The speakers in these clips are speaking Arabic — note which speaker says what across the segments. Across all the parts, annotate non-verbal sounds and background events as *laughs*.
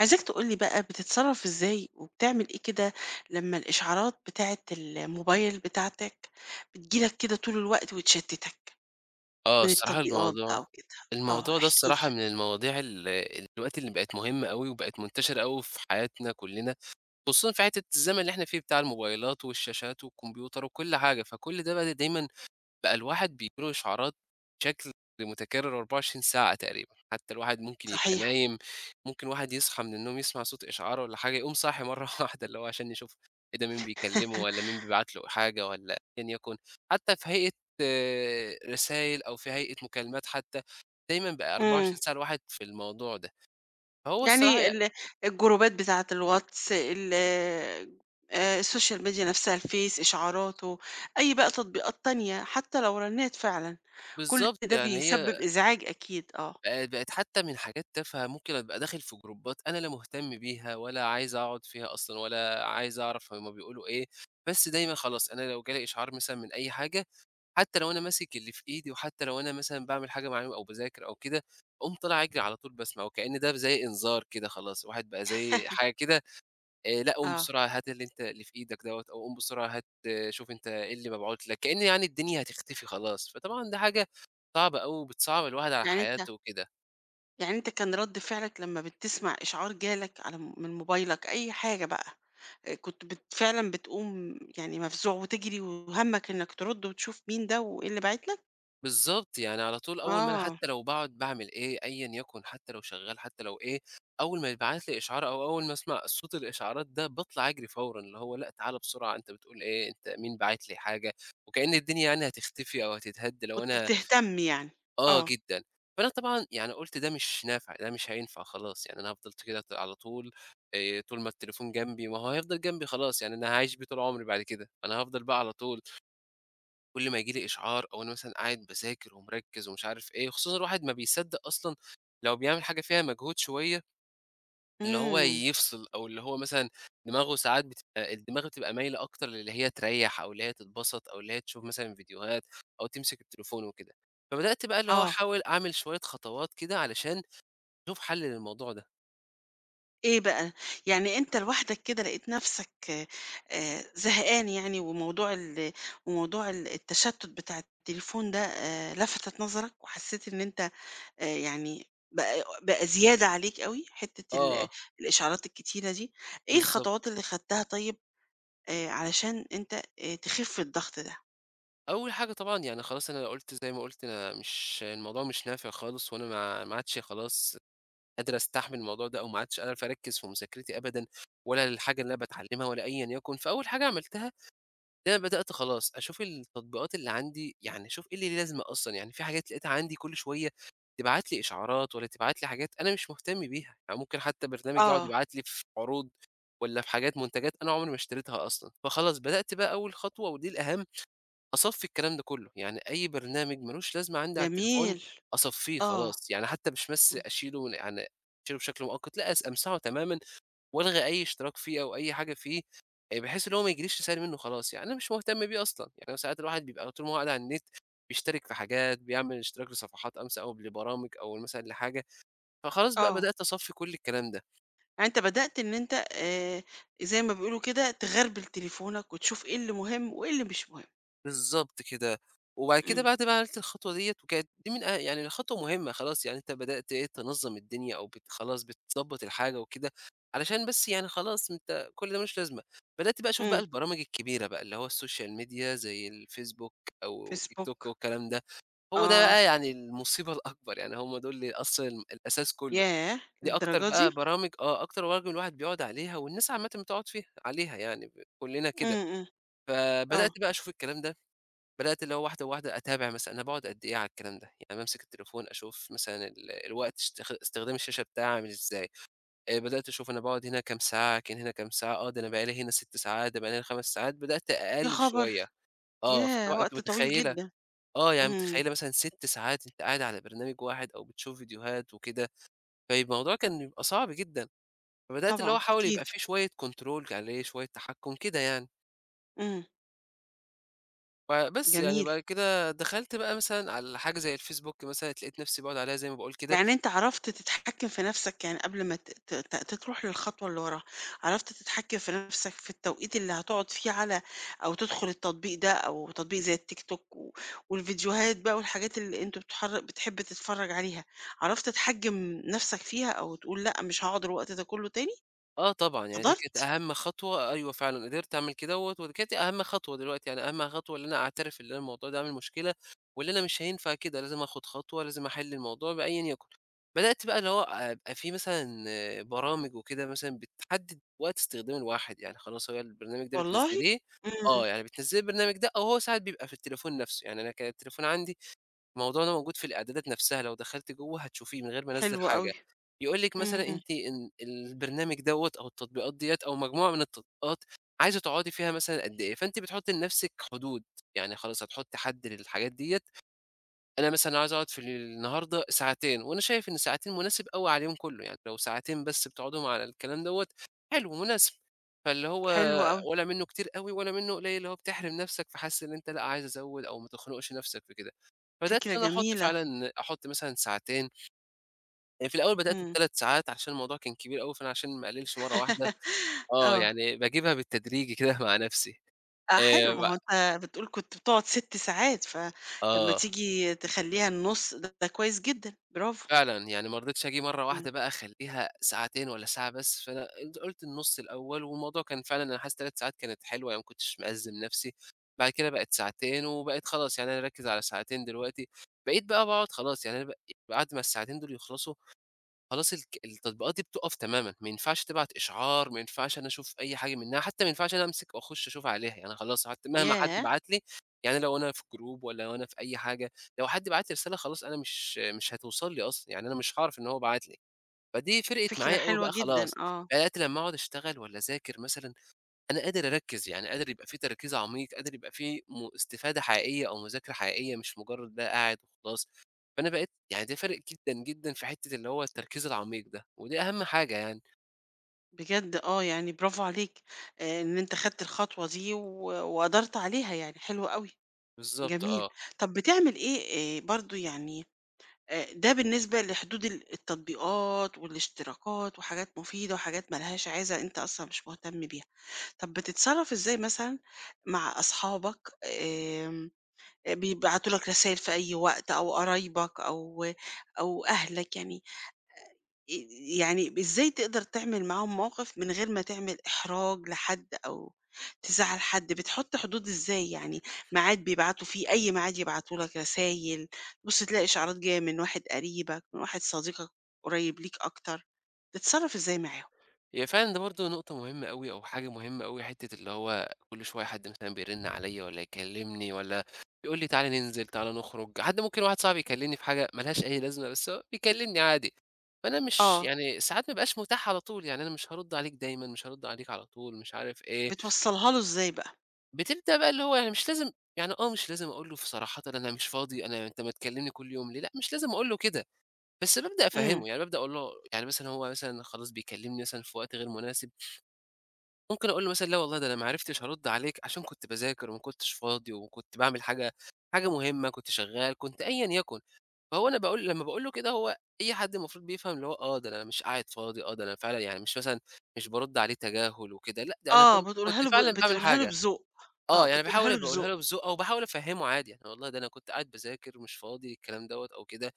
Speaker 1: عايزاك تقول لي بقى بتتصرّف إزاي، وبتعمل إيه كده لمّا الإشعارات بتاعة الموبايل بتاعتك بتيجي لك كده طول الوقت وتشتتك
Speaker 2: آه،
Speaker 1: من
Speaker 2: الصراحة
Speaker 1: التطبيقات بقى
Speaker 2: الموضوع
Speaker 1: وكده؟ آه،
Speaker 2: الموضوع ده
Speaker 1: احكِ لي.
Speaker 2: الصراحة من المواضيع دلوقتي اللي بقت مهمة أوي، وبقت منتشرة أوي في حياتنا كلّنا، خصوصًا في حتّة الزمن اللي إحنا فيه بتاع الموبايلات والشاشات والكمبيوتر وكل حاجة، فكل ده بقى دايمًا الواحد بييجي له إشعارات بشكل متكرر 24 ساعة تقريبًا، حتى الواحد ممكن يبقى
Speaker 1: صحيح.
Speaker 2: نايم، ممكن واحد يصحى من النوم يسمع صوت إشعار والّا حاجة يقوم صاحي مرّة *laughs* واحدة اللي هو عشان يشوف إيه ده مين بيكلمه والّا
Speaker 1: *laughs*
Speaker 2: مين بيبعت له حاجة والّا أيًا يكن، حتى في هيئة رسايل أو في هيئة مكالمات حتى، دايمًا بقى
Speaker 1: إمم.
Speaker 2: 24 ساعة الواحد في الموضوع ده. فهو الصراحة
Speaker 1: يعني الجروبات بتاعة الواتس، ال السوشيال ميديا نفسها، الفيس، إشعاراته، أي بقى تطبيقات تانية حتى لو رنّت فعلًا، كل
Speaker 2: بالضبط،
Speaker 1: ده
Speaker 2: يعني
Speaker 1: بيسبب
Speaker 2: هي
Speaker 1: إزعاج أكيد. آه،
Speaker 2: بقت حتى من حاجات تافهة ممكن أبقى داخل في جروبات أنا لا مهتم بيها ولا عايز أقعد فيها أصلًا ولا عايز أعرف هُم بيقولوا إيه، بس دايمًا خلاص أنا لو جالي إشعار مثلًا من أي حاجة، حتى لو أنا ماسك اللي في إيدي وحتى لو أنا مثلًا باعمل حاجة معينة أو باذاكر أو كده، أقوم طالع أجري على طول باسمع وكأن ده زي إنذار كده خلاص، الواحد بقى زي حاجة كده لأ قوم
Speaker 1: آه.
Speaker 2: بسرعة هات اللي أنت اللي في إيدك دوّة أو قوم بسرعة هات آه، شوف أنت إيه اللي مبعوت لك، كأن يعني الدنيا هتختفي خلاص، فطبعًا دي حاجة صعبة أوي وبتصعّب الواحد على
Speaker 1: يعني أنت
Speaker 2: حياته وكده.
Speaker 1: يعني أنت كان رد فعلك لمّا بتسمع إشعار جالك على م من موبايلك أي حاجة بقى، كنت فعلًا بتقوم يعني مفزوع وتجري وهمّك إنك ترد وتشوف مين ده وإيه اللي باعت لك؟
Speaker 2: بالضبط، يعني على طول أول ما أنا
Speaker 1: آه،
Speaker 2: حتى لو باقعد باعمل إيه، أيًا يكن حتى لو شغّال حتى لو إيه، أول ما يتبعت لي إشعار أو أول ما أسمع صوت الإشعارات ده باطلع أجري فورًا، اللي هو لأ تعالَ بسرعة أنت بتقول إيه، أنت مين باعت لي حاجة، وكأن الدنيا يعني هتختفي أو هتتهد لو
Speaker 1: كنت
Speaker 2: أنا
Speaker 1: بتهتم يعني،
Speaker 2: آه
Speaker 1: آه،
Speaker 2: جدًا. فأنا طبعًا يعني قُلت ده مش نافع، ده مش هينفع خلاص، يعني أنا فضلت كده على طول طول ما التليفون جنبي ما هو هيفضل جنبي خلاص، يعني أنا هاعيش بيه طول عمري بعد كده، أنا هافضل بقى على طول كل ما ييجي لي إشعار أو أنا مثلًا قاعد باذاكر ومركّز ومش عارف إيه، خصوصًا الواحد ما بيصدّق أصلًا لو بيعمل حاجة فيها مجهود شوية، اللي هو
Speaker 1: إمم،
Speaker 2: يفصل أو اللي هو مثلًا دماغه ساعات بتبقى الدماغ بتبقى مايلة أكتر للي هي تريّح أو اللي هي تتبسط أو اللي هي تشوف مثلًا فيديوهات أو تمسك التليفون وكده. فبدأت بقى اللي هو
Speaker 1: آه،
Speaker 2: أحاول أعمل شوية خطوات كده علشان أشوف حل للموضوع ده.
Speaker 1: إيه بقى؟ يعني أنت لوحدك كده لقيت نفسك زهقان يعني وموضوع التشتت بتاع التليفون ده لفتت نظرك وحسيت إن أنت يعني بقى بقى زيادة عليك أوي حتّة ال
Speaker 2: آه،
Speaker 1: الإشعارات الكتيرة دي، إيه الخطوات
Speaker 2: بالضبط.
Speaker 1: اللي خدتها طيب علشان أنت تخِف الضغط ده؟
Speaker 2: أول حاجة طبعًا يعني خلاص أنا قُلت زي ما قُلت أنا مش الموضوع مش نافع خالص وأنا ما عادش خلاص قادر أستحمل الموضوع ده أو ما عدتش عارف أركّز في مذاكرتي أبدًا ولا للحاجة اللي أنا باتعلّمها ولا أيًا يكن، فأول حاجة عملتها إن أنا بدأت خلاص أشوف التطبيقات اللي عندي، يعني أشوف إيه اللي ليه لازمة أصلًا، يعني في حاجات لقيتها عندي كل شوية تبعت لي إشعارات والّا تبعت لي حاجات أنا مش مهتم بيها، يعني ممكن حتى برنامج يقعد
Speaker 1: آه.
Speaker 2: يبعت لي في عروض والّا في حاجات منتجات أنا عمري ما اشتريتها أصلًا، فخلاص بدأت بقى أول خطوة ودي الأهم أصفّي الكلام ده كلّه، يعني أي برنامج ما لوش لازمة عندي على التليفون
Speaker 1: جميل،
Speaker 2: أصفّيه
Speaker 1: آه،
Speaker 2: خلاص، يعني حتى مش بس
Speaker 1: إمم،
Speaker 2: أشيله يعني أشيله بشكل مؤقت، لأ أمسحه تمامًا وألغي أي اشتراك فيه أو أي حاجة فيه، بحيث إن هو ما ييجيليش رسايل منّه خلاص، يعني أنا مش مهتم بيه أصلًا، يعني أنا ساعات الواحد بيبقى طول ما هو قاعد على النت بيشترك في حاجات، بيعمل اشتراك لصفحات أو لبرامج أو مثلًا لحاجة، فخلاص بقى
Speaker 1: آه،
Speaker 2: بدأت أصفّي كل الكلام ده.
Speaker 1: يعني أنت بدأت إن أنت زي ما بيقولوا كده تغربل تليفونك وتشوف إيه اللي مهم وإيه اللي مش مهم،
Speaker 2: بالضبط كده. وبعد كده
Speaker 1: إمم،
Speaker 2: بعد بقى عملت الخطوة ديّة وكانت دي من يعني خطوة مهمة خلاص، يعني أنت بدأت إيه، تنظّم الدنيا أو خلاص بتضبّط الحاجة وكده، علشان بس يعني خلاص أنت كل ده ما لوش لازمة. بدأت بقى أشوف بقى
Speaker 1: إمم،
Speaker 2: البرامج الكبيرة بقى، اللي هو السوشيال ميديا زي الفيسبوك أو تيك توك
Speaker 1: فيسبوك،
Speaker 2: والكلام ده، هو ده
Speaker 1: آه،
Speaker 2: بقى يعني المصيبة *laughs* الأكبر، يعني هم دول اللي أصلًا الأساس كُلّه.
Speaker 1: ياه!
Speaker 2: دي أكتر
Speaker 1: للدرجة
Speaker 2: بقى
Speaker 1: دي!
Speaker 2: برامج آه، أكتر برامج الواحد بيقعد عليها والناس عامةً بتقعد فيها عليها يعني كُلّنا كده.
Speaker 1: إمم، إمم،
Speaker 2: فبدأت
Speaker 1: آه،
Speaker 2: بقى أشوف الكلام ده بدأت اللي هو واحدة، واحدة أتابع مثلًا أنا باقعد قد إيه على الكلام ده، يعني بامسك التليفون أشوف مثلًا الوقت استخدام الشاشة بتاعي عامل إزاي، بدأت أشوف أنا باقعد هنا كام ساعة، كان هنا كام ساعة، آه، ده أنا بقى لي هنا 6 ساعات، ده بقى لي هنا 5 ساعات، بدأت
Speaker 1: يا
Speaker 2: أقلل
Speaker 1: خبر!
Speaker 2: شوية، آه،
Speaker 1: ياه!
Speaker 2: فطبعًا أنتِ
Speaker 1: وقت طويل
Speaker 2: متخيلة
Speaker 1: جدًا،
Speaker 2: آه، يعني
Speaker 1: إمم،
Speaker 2: متخيلة مثلًا 6 ساعات أنتِ قاعدة على برنامج واحد أو بتشوف فيديوهات وكده، فالموضوع كان بيبقى صعب جدًا، فبدأت اللي هو
Speaker 1: طبعًا
Speaker 2: أحاول يبقى
Speaker 1: أكيد،
Speaker 2: في شوية control عليه، شوية تحكم كده يعني.
Speaker 1: إمم.
Speaker 2: فبس يعني
Speaker 1: جميل.
Speaker 2: بعد كده دخلت بقى مثلًا على حاجة زي الفيسبوك مثلًا، لقيت نفسي باقعد عليها زي ما باقول كده.
Speaker 1: يعني أنت عرفت تتحكّم في نَفْسك، يعني قبل ما ت ت ت تروح للخطوة اللي وراها، عرفت تتحكّم في نَفْسك في التوقيت اللي هتقعد فيه أو تدخل التطبيق ده أو تطبيق زي الTikTok والفيديوهات بقى والحاجات اللي أنتم بتحب تتفرّج عليها، عرفت تحجّم نَفْسك فيها أو تقول لأ، مش هاقعد الوقت ده كُلّه تاني؟
Speaker 2: آه طبعًا، يعني دي كانت
Speaker 1: قدرت!
Speaker 2: أهم خطوة أيوه فعلًا، قدرت أعمل كدهوّة ودي كانت أهم خطوة دلوقتي، يعني أهم خطوة إن أنا أعترف إن أنا الموضوع ده عامل مشكلة، وإن أنا مش هينفع كده، لازم آخد خطوة، لازم أحل الموضوع بأيًا يكن. بدأت بقى اللي هو أبقى في مثلًا آه، برامج وكده مثلًا بتحدد وقت استخدام الواحد، يعني خلاص هو البرنامج ده
Speaker 1: والله!
Speaker 2: بتنزّليه
Speaker 1: إمم،
Speaker 2: آه، يعني بتنزّلي البرنامج ده أو هو ساعات بيبقى في التليفون نفسه، يعني أنا كان التليفون عندي الموضوع ده موجود في الإعدادات نفسها، لو دخلتِ جوّه هتشوفيه من غير ما أنزّل
Speaker 1: حلو أوي،
Speaker 2: حاجة، يقول لِك مثلًا
Speaker 1: إمم،
Speaker 2: أنتِ إن البرنامج دوّة أو التطبيقات ديّة أو مجموعة من التطبيقات عايزة تقعدي فيها مثلًا قد إيه، فأنتِ بتحطّي لنفسِك حدود، يعني خلاص هتحطّي حد للحاجات ديّة أنا مثلًا عايز أقعد في النهارده ساعتين، وأنا شايف إن ساعتين مناسب أوي على اليوم كله، يعني لو ساعتين بس بتقعدهم على الكلام دوّة حلو مناسب، فاللي هو
Speaker 1: حلو أوي،
Speaker 2: ولا منّه كتير أوي ولا منّه قليل، اللي هو بتحرم نفسك فحاسس إن أنت لأ عايز أزوّد أو ما تخنقش نفسك في كده، فبدأت
Speaker 1: فكرة
Speaker 2: إن أنا أحط
Speaker 1: جميلة،
Speaker 2: فعلًا أحط مثلًا ساعتين، يعني في الأول بدأت
Speaker 1: إمم،
Speaker 2: ب3 ساعات عشان الموضوع كان كبير أوي، فأنا عشان ما أقللش مرّة واحدة
Speaker 1: *laughs*
Speaker 2: آه،
Speaker 1: آه.
Speaker 2: يعني باجيبها بالتدريجي كده *laughs* مع نفسي
Speaker 1: آه حلو، ما
Speaker 2: ب
Speaker 1: هو أنت بتقول كنت بتقعد 6 ساعات، فلمّا
Speaker 2: آه.
Speaker 1: تيجي تخلّيها النُص ده كويس جدًا، برافو،
Speaker 2: فعلًا، يعني ما رضيتش آجي مرّة
Speaker 1: إمم،
Speaker 2: واحدة بقى أخلّيها ساعتين والّا ساعة بس، فأنا قلت النُص الأول، والموضوع كان فعلًا أنا حاسس 3 ساعات كانت حلوة، يعني ما كنتش مأزِّم نَفْسي، بعد كده بقت ساعتين، وبقيت خلاص يعني أنا راكز على ساعتين دلوقتي، بقيت بقى باقعد خلاص يعني أنا بعد ما الساعتين دول يخلصوا خلاص التطبيقات دي بتُقف تمامًا، ما ينفعش تبعت إشعار، ما ينفعش أنا أشوف أي حاجة منها، حتى ما ينفعش أنا أمسك وأخش أشوف عليها، يعني خلاص حتى مهما حد
Speaker 1: ياه!
Speaker 2: بعت لي يعني لو أنا في جروب والّا لو أنا في أي حاجة، لو حد بعت لي رسالة خلاص أنا مش هتوصل لي أصلًا، يعني أنا مش هاعرف إن هو بعت لي، فدي فرقت
Speaker 1: فكرة
Speaker 2: معايا أوي
Speaker 1: حلوة
Speaker 2: بقى
Speaker 1: جدًا،
Speaker 2: خلاص،
Speaker 1: آه،
Speaker 2: بدأت لمّا أقعد أشتغل والّا أذاكر مثلًا أنا قادر أركّز، يعني قادر يبقى في تركيز عميق، قادر يبقى في استفادة حقيقية أو مذاكرة حقيقية مش مجرّد بقى قاعد وخلاص، فأنا بقيت يعني ده فارق جدًا، جدًا في حتّة اللي هو التركيز العميق ده، ودي أهم حاجة يعني،
Speaker 1: بجد آه، يعني برافو عليك، إن أنت خدت الخطوة دي وقدرت عليها يعني، حلو أوي،
Speaker 2: بالضبط
Speaker 1: جميل.
Speaker 2: آه.
Speaker 1: طب بتعمل إيه برضه يعني ده بالنسبة لحدود التطبيقات والاشتراكات وحاجات مفيدة وحاجات ما لهاش عازة أنت أصلًا مش مهتم بيها. طب بتتصرّف إزاي مثلًا مع أصحابك بيبعتوا لك رسايل في أي وقت أو قرايبك أو أهلك يعني يعني إزاي تقدر تعمل معاهم موقف من غير ما تعمل إحراج لحد أو تزعّل حد، بتحُط حدود إزاي يعني ميعاد بيبعتوا فيه أي ميعاد يبعتوا لك رسايل، تبُص تلاقي إشعارات جاية من واحد قريبك، من واحد صديقك قريب ليك أكتر، بتتصرّف إزاي معاهم؟
Speaker 2: هي فعلًا ده برضه نقطة مهمة أوي أو حاجة مهمة أوي، حتّة اللي هو كل شوية حد مثلًا بيرن عليّا والّا يكلمني والّا يقول لي تعالَ ننزل، تعالَ نخرج، حد ممكن واحد صاحبي يكلمني في حاجة ما لهاش أي لازمة، بس هو بيكلمني عادي، فأنا مش
Speaker 1: آه،
Speaker 2: يعني ساعات ما بابقاش متاح على طول، يعني أنا مش هارُد عليك دايمًا، مش هارُد عليك على طول، مش عارف إيه،
Speaker 1: بتوصّلها له إزاي بقى؟
Speaker 2: بتبدأ بقى اللي هو يعني مش لازم يعني مش لازم أقول له صراحةً أنا مش فاضي، أنت ما تكلمني كل يوم ليه، لأ مش لازم أقول له كده، بس بابدأ
Speaker 1: إمم.
Speaker 2: أفهّمه، يعني بابدأ أقول له يعني مثلًا هو مثلًا خلاص بيكلمني مثلًا في وقت غير مناسب ممكن أقول له مثلًا لا والله ده أنا ما عرفتش هارُد عليك عشان كنت باذاكر وما كنتش فاضي وكنت باعمل حاجة مهمة، كنت شغّال، كنت أيًا يكن. فهو أنا باقول لمّا باقول له كده هو أي حد المفروض بيفهم اللي هو آه، ده أنا مش قاعد فاضي، آه، ده أنا فعلًا يعني مش مثلًا مش بارُد عليه تجاهل وكده، لأ ده أنا
Speaker 1: آه،
Speaker 2: كنت كنت فعلًا باعمل
Speaker 1: بتقولها له
Speaker 2: حاجة.
Speaker 1: بذوق، آه،
Speaker 2: آه، يعني
Speaker 1: بتقولها
Speaker 2: باحاول
Speaker 1: له
Speaker 2: أبقى أقولها
Speaker 1: بذوق،
Speaker 2: له بذوق أو باحاول أفهّمه عادي، يعني والله ده أنا كنت قاعد باذاكر ومش فاضي الكلام دوّة أو كده.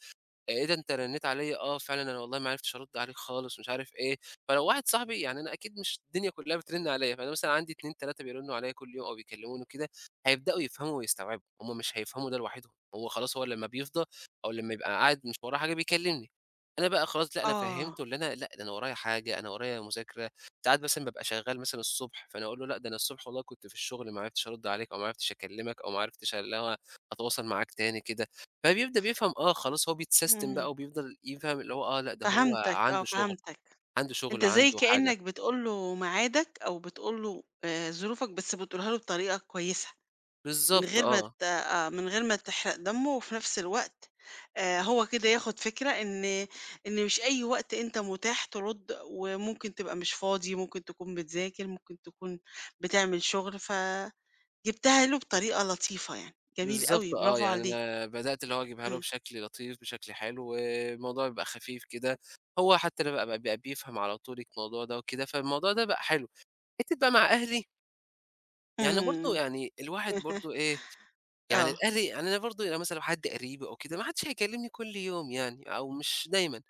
Speaker 2: إيه ده أنت رنّيت عليّا، آه فعلًا أنا والله ما عرفتش أرُد عليك خالص ومش عارف إيه، فلو واحد صاحبي يعني أنا أكيد مش الدنيا كلّها بترن عليّا، فأنا مثلًا عندي 2، 3 بيرنّوا عليّا كل يوم أو بيكلّموني وكده، هيبدأوا يفهموا ويستوعبوا، هُم مش هيفهموا ده لوحدهم، هو خلاص هو لمّا بيفضى أو لمّا يبقى قاعد مش وراه حاجة بيكلّمني، أنا بقى خلاص لأ أنا
Speaker 1: آه،
Speaker 2: فهّمته اللي أنا لأ ده أنا ورايا حاجة، أنا ورايا مذاكرة، ساعات مثلًا بابقى شغّال مثلًا الصبح، فأنا أقول له لأ ده أنا الصبح والله كنت في الشغل ما عرفتش أرُد عليك أو ما عرفتش أكلّمك أو ما عرفتش اللي هو أتواصل معاك تاني كده، فبيبدأ بيفهم آه، خلاص هو بيتسيستم
Speaker 1: إمم،
Speaker 2: بقى وبيفضل يفهم اللي هو آه، لأ ده هو
Speaker 1: فهمتك، آه،
Speaker 2: عنده شغل،
Speaker 1: فهمتك،
Speaker 2: عنده شغل
Speaker 1: أنت زي
Speaker 2: وعنده حاجة.
Speaker 1: كإنك بتقول له ميعادك أو بتقول له ظروفك بس بتقولها له بطريقة كويسة، من
Speaker 2: بالضبط
Speaker 1: غير ما
Speaker 2: آه،
Speaker 1: ت آه، من غير ما تحرق دمه، وفي نفس الوقت هو كده ياخد فكرة إن مش أي وقت أنت متاح ترد، وممكن تبقى مش فاضي، ممكن تكون بتذاكر، ممكن تكون بتعمل شغل، فجبتها له بطريقة لطيفة يعني، جميل
Speaker 2: بالضبط
Speaker 1: أوي،
Speaker 2: آه،
Speaker 1: برافو
Speaker 2: يعني
Speaker 1: عليك.
Speaker 2: أنا بدأت اللي هو أجيبها له
Speaker 1: إمم،
Speaker 2: بشكل لطيف، بشكل حلو، الموضوع بيبقى خفيف كده، هو حتى اللي بقى بيفهم على طول الموضوع ده وكده، فالموضوع ده بقى حلو. حتّة بقى مع أهلي، يعني برضه
Speaker 1: إمم،
Speaker 2: يعني الواحد برضه
Speaker 1: *laughs*
Speaker 2: إيه، يعني
Speaker 1: آه،
Speaker 2: الأهل يعني أنا برضه يعني مثلًا لو حد قريبي أو كده ما حدش هيكلمني كل يوم يعني أو مش دايمًا.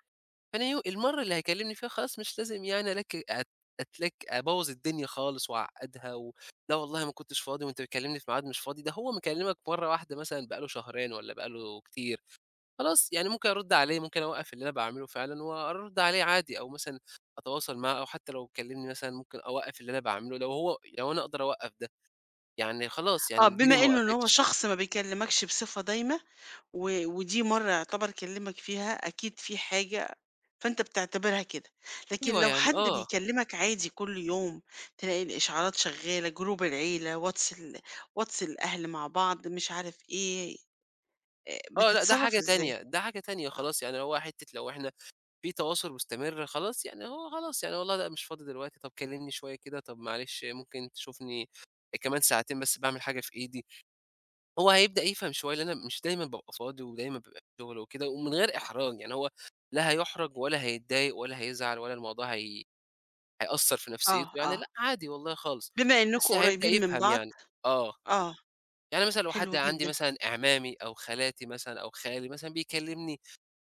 Speaker 2: فأنا المَرّة اللي هيكلّمني فيها خلاص مش لازم يعني ألك أت أتلك أبوّظ الدنيا خالص وأعقّدها و "لا والله ما كنتش فاضي وأنت بتكلّمني في ميعاد مش فاضي." ده هو مكلّمك مرّة واحدة مثلًا بقى له شهرين والّا بقى له كتير، خلاص يعني ممكن أرُد عليه، ممكن أوقّف اللي أنا باعمله فعلًا وأرُد عليه عادي أو مثلًا أتواصل معاه أو حتّى لو كلّمني مثلًا ممكن أوقّف اللي أنا باعمله لو هو لو أنا أقدر أوقّف ده، يعني خلاص يعني
Speaker 1: آه، بما
Speaker 2: الدنيا ما
Speaker 1: إنه إن هو
Speaker 2: وقفتش.
Speaker 1: شخص ما بيكلمكش بصفة دايمة ودي مرّة يعتبر كلمك فيها، أكيد في حاجة فأنت بتعتبرها كده، لكن
Speaker 2: أيوه
Speaker 1: لو
Speaker 2: يعني
Speaker 1: حد
Speaker 2: آه،
Speaker 1: بيكلمك عادي كل يوم، تلاقي الإشعارات شغالة، جروب العيلة، واتس الأهل مع بعض، مش عارف إيه،
Speaker 2: آه لأ ده
Speaker 1: بتتصرّف
Speaker 2: حاجة
Speaker 1: إزاي؟
Speaker 2: تانية، ده حاجة تانية
Speaker 1: آه،
Speaker 2: خلاص يعني لو هو حتّة لو إحنا في تواصل مستمر خلاص يعني هو خلاص يعني والله لأ مش فاضي دلوقتي، طب كلمني شوية كده، طب معلش ممكن تشوفني كمان ساعتين بس باعمل حاجة في إيدي، هو هيبدأ يفهم شوية لإن أنا مش دايمًا بابقى فاضي ودايمًا بابقى في شغل وكده ومن غير إحراج، يعني هو لا هيُحرج ولا هيتضايق ولا هيزعل ولا الموضوع هيأثّر في نفسيته
Speaker 1: آه،
Speaker 2: يعني لأ
Speaker 1: آه،
Speaker 2: عادي والله خالص،
Speaker 1: بما إنكم
Speaker 2: بس هيبدأ
Speaker 1: قريبين من
Speaker 2: يفهم
Speaker 1: بعض
Speaker 2: يعني، آه،
Speaker 1: آه،
Speaker 2: يعني مثلًا لو حد
Speaker 1: حلو
Speaker 2: عندي
Speaker 1: جدًا،
Speaker 2: مثلًا أعمامي أو خالاتي مثلًا أو خالي مثلًا بيكلمني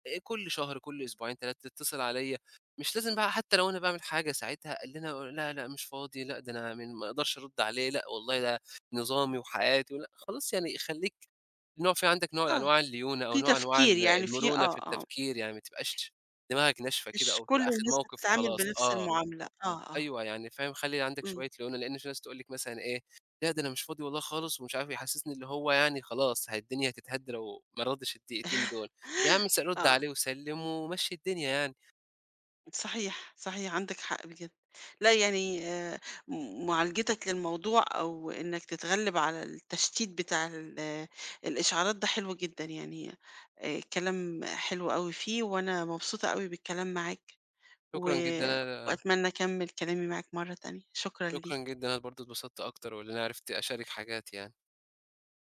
Speaker 2: كل شهر، كل أسبوعين، 3 تتصل عليّا، مش لازم بقى حتى لو أنا باعمل حاجة ساعتها قال لنا لأ، لأ مش فاضي، لأ ده أنا من ما أقدرش أرُد عليه، لأ والله ده نظامي وحياتي ولأ خلاص يعني خلّيك نوع في عندك نوع من
Speaker 1: آه،
Speaker 2: أنواع الليونة أو
Speaker 1: في
Speaker 2: نوع من أنواع
Speaker 1: تفكير يعني في
Speaker 2: المرونة في
Speaker 1: آه، آه.
Speaker 2: التفكير، يعني ما تبقاش دماغك ناشفة كده
Speaker 1: مش
Speaker 2: أو
Speaker 1: كل
Speaker 2: تبقى آخد
Speaker 1: الناس
Speaker 2: موقف
Speaker 1: هتتعامل
Speaker 2: وخلاص،
Speaker 1: بنفس
Speaker 2: آه.
Speaker 1: المعاملة، آه، آه،
Speaker 2: أيوه، يعني فاهم، خلّي عندك
Speaker 1: إمم،
Speaker 2: شوية ليونة، لإن في ناس تقول لِك مثلًا إيه، "لأ ده أنا مش فاضي والله خالص." ومش عارف يحسّسني اللي هو يعني خلاص الدنيا هتتهد لو ما ردّش الدقيقتين دول، يا عم رُد
Speaker 1: آه،
Speaker 2: عليه وسلِّم ومشّي الدنيا يعني،
Speaker 1: صحيح، صحيح عندِك حق بجد، لا يعني م معالجتك للموضوع أو إنك تتغلب على التشتيت بتاع ال آه، الإشعارات ده حلو جدًا يعني، كلام حلو أوي فيه، وأنا مبسوطة أوي بالكلام معاك، و
Speaker 2: شكرًا جدًا أنا
Speaker 1: وأتمنى أكمّل كلامي معاك مرّة تانية، شكرًا
Speaker 2: شكرًا
Speaker 1: ليك.
Speaker 2: جدًا أنا برضه اتبسطت أكتر وإن أنا عرفت أشارك حاجات يعني.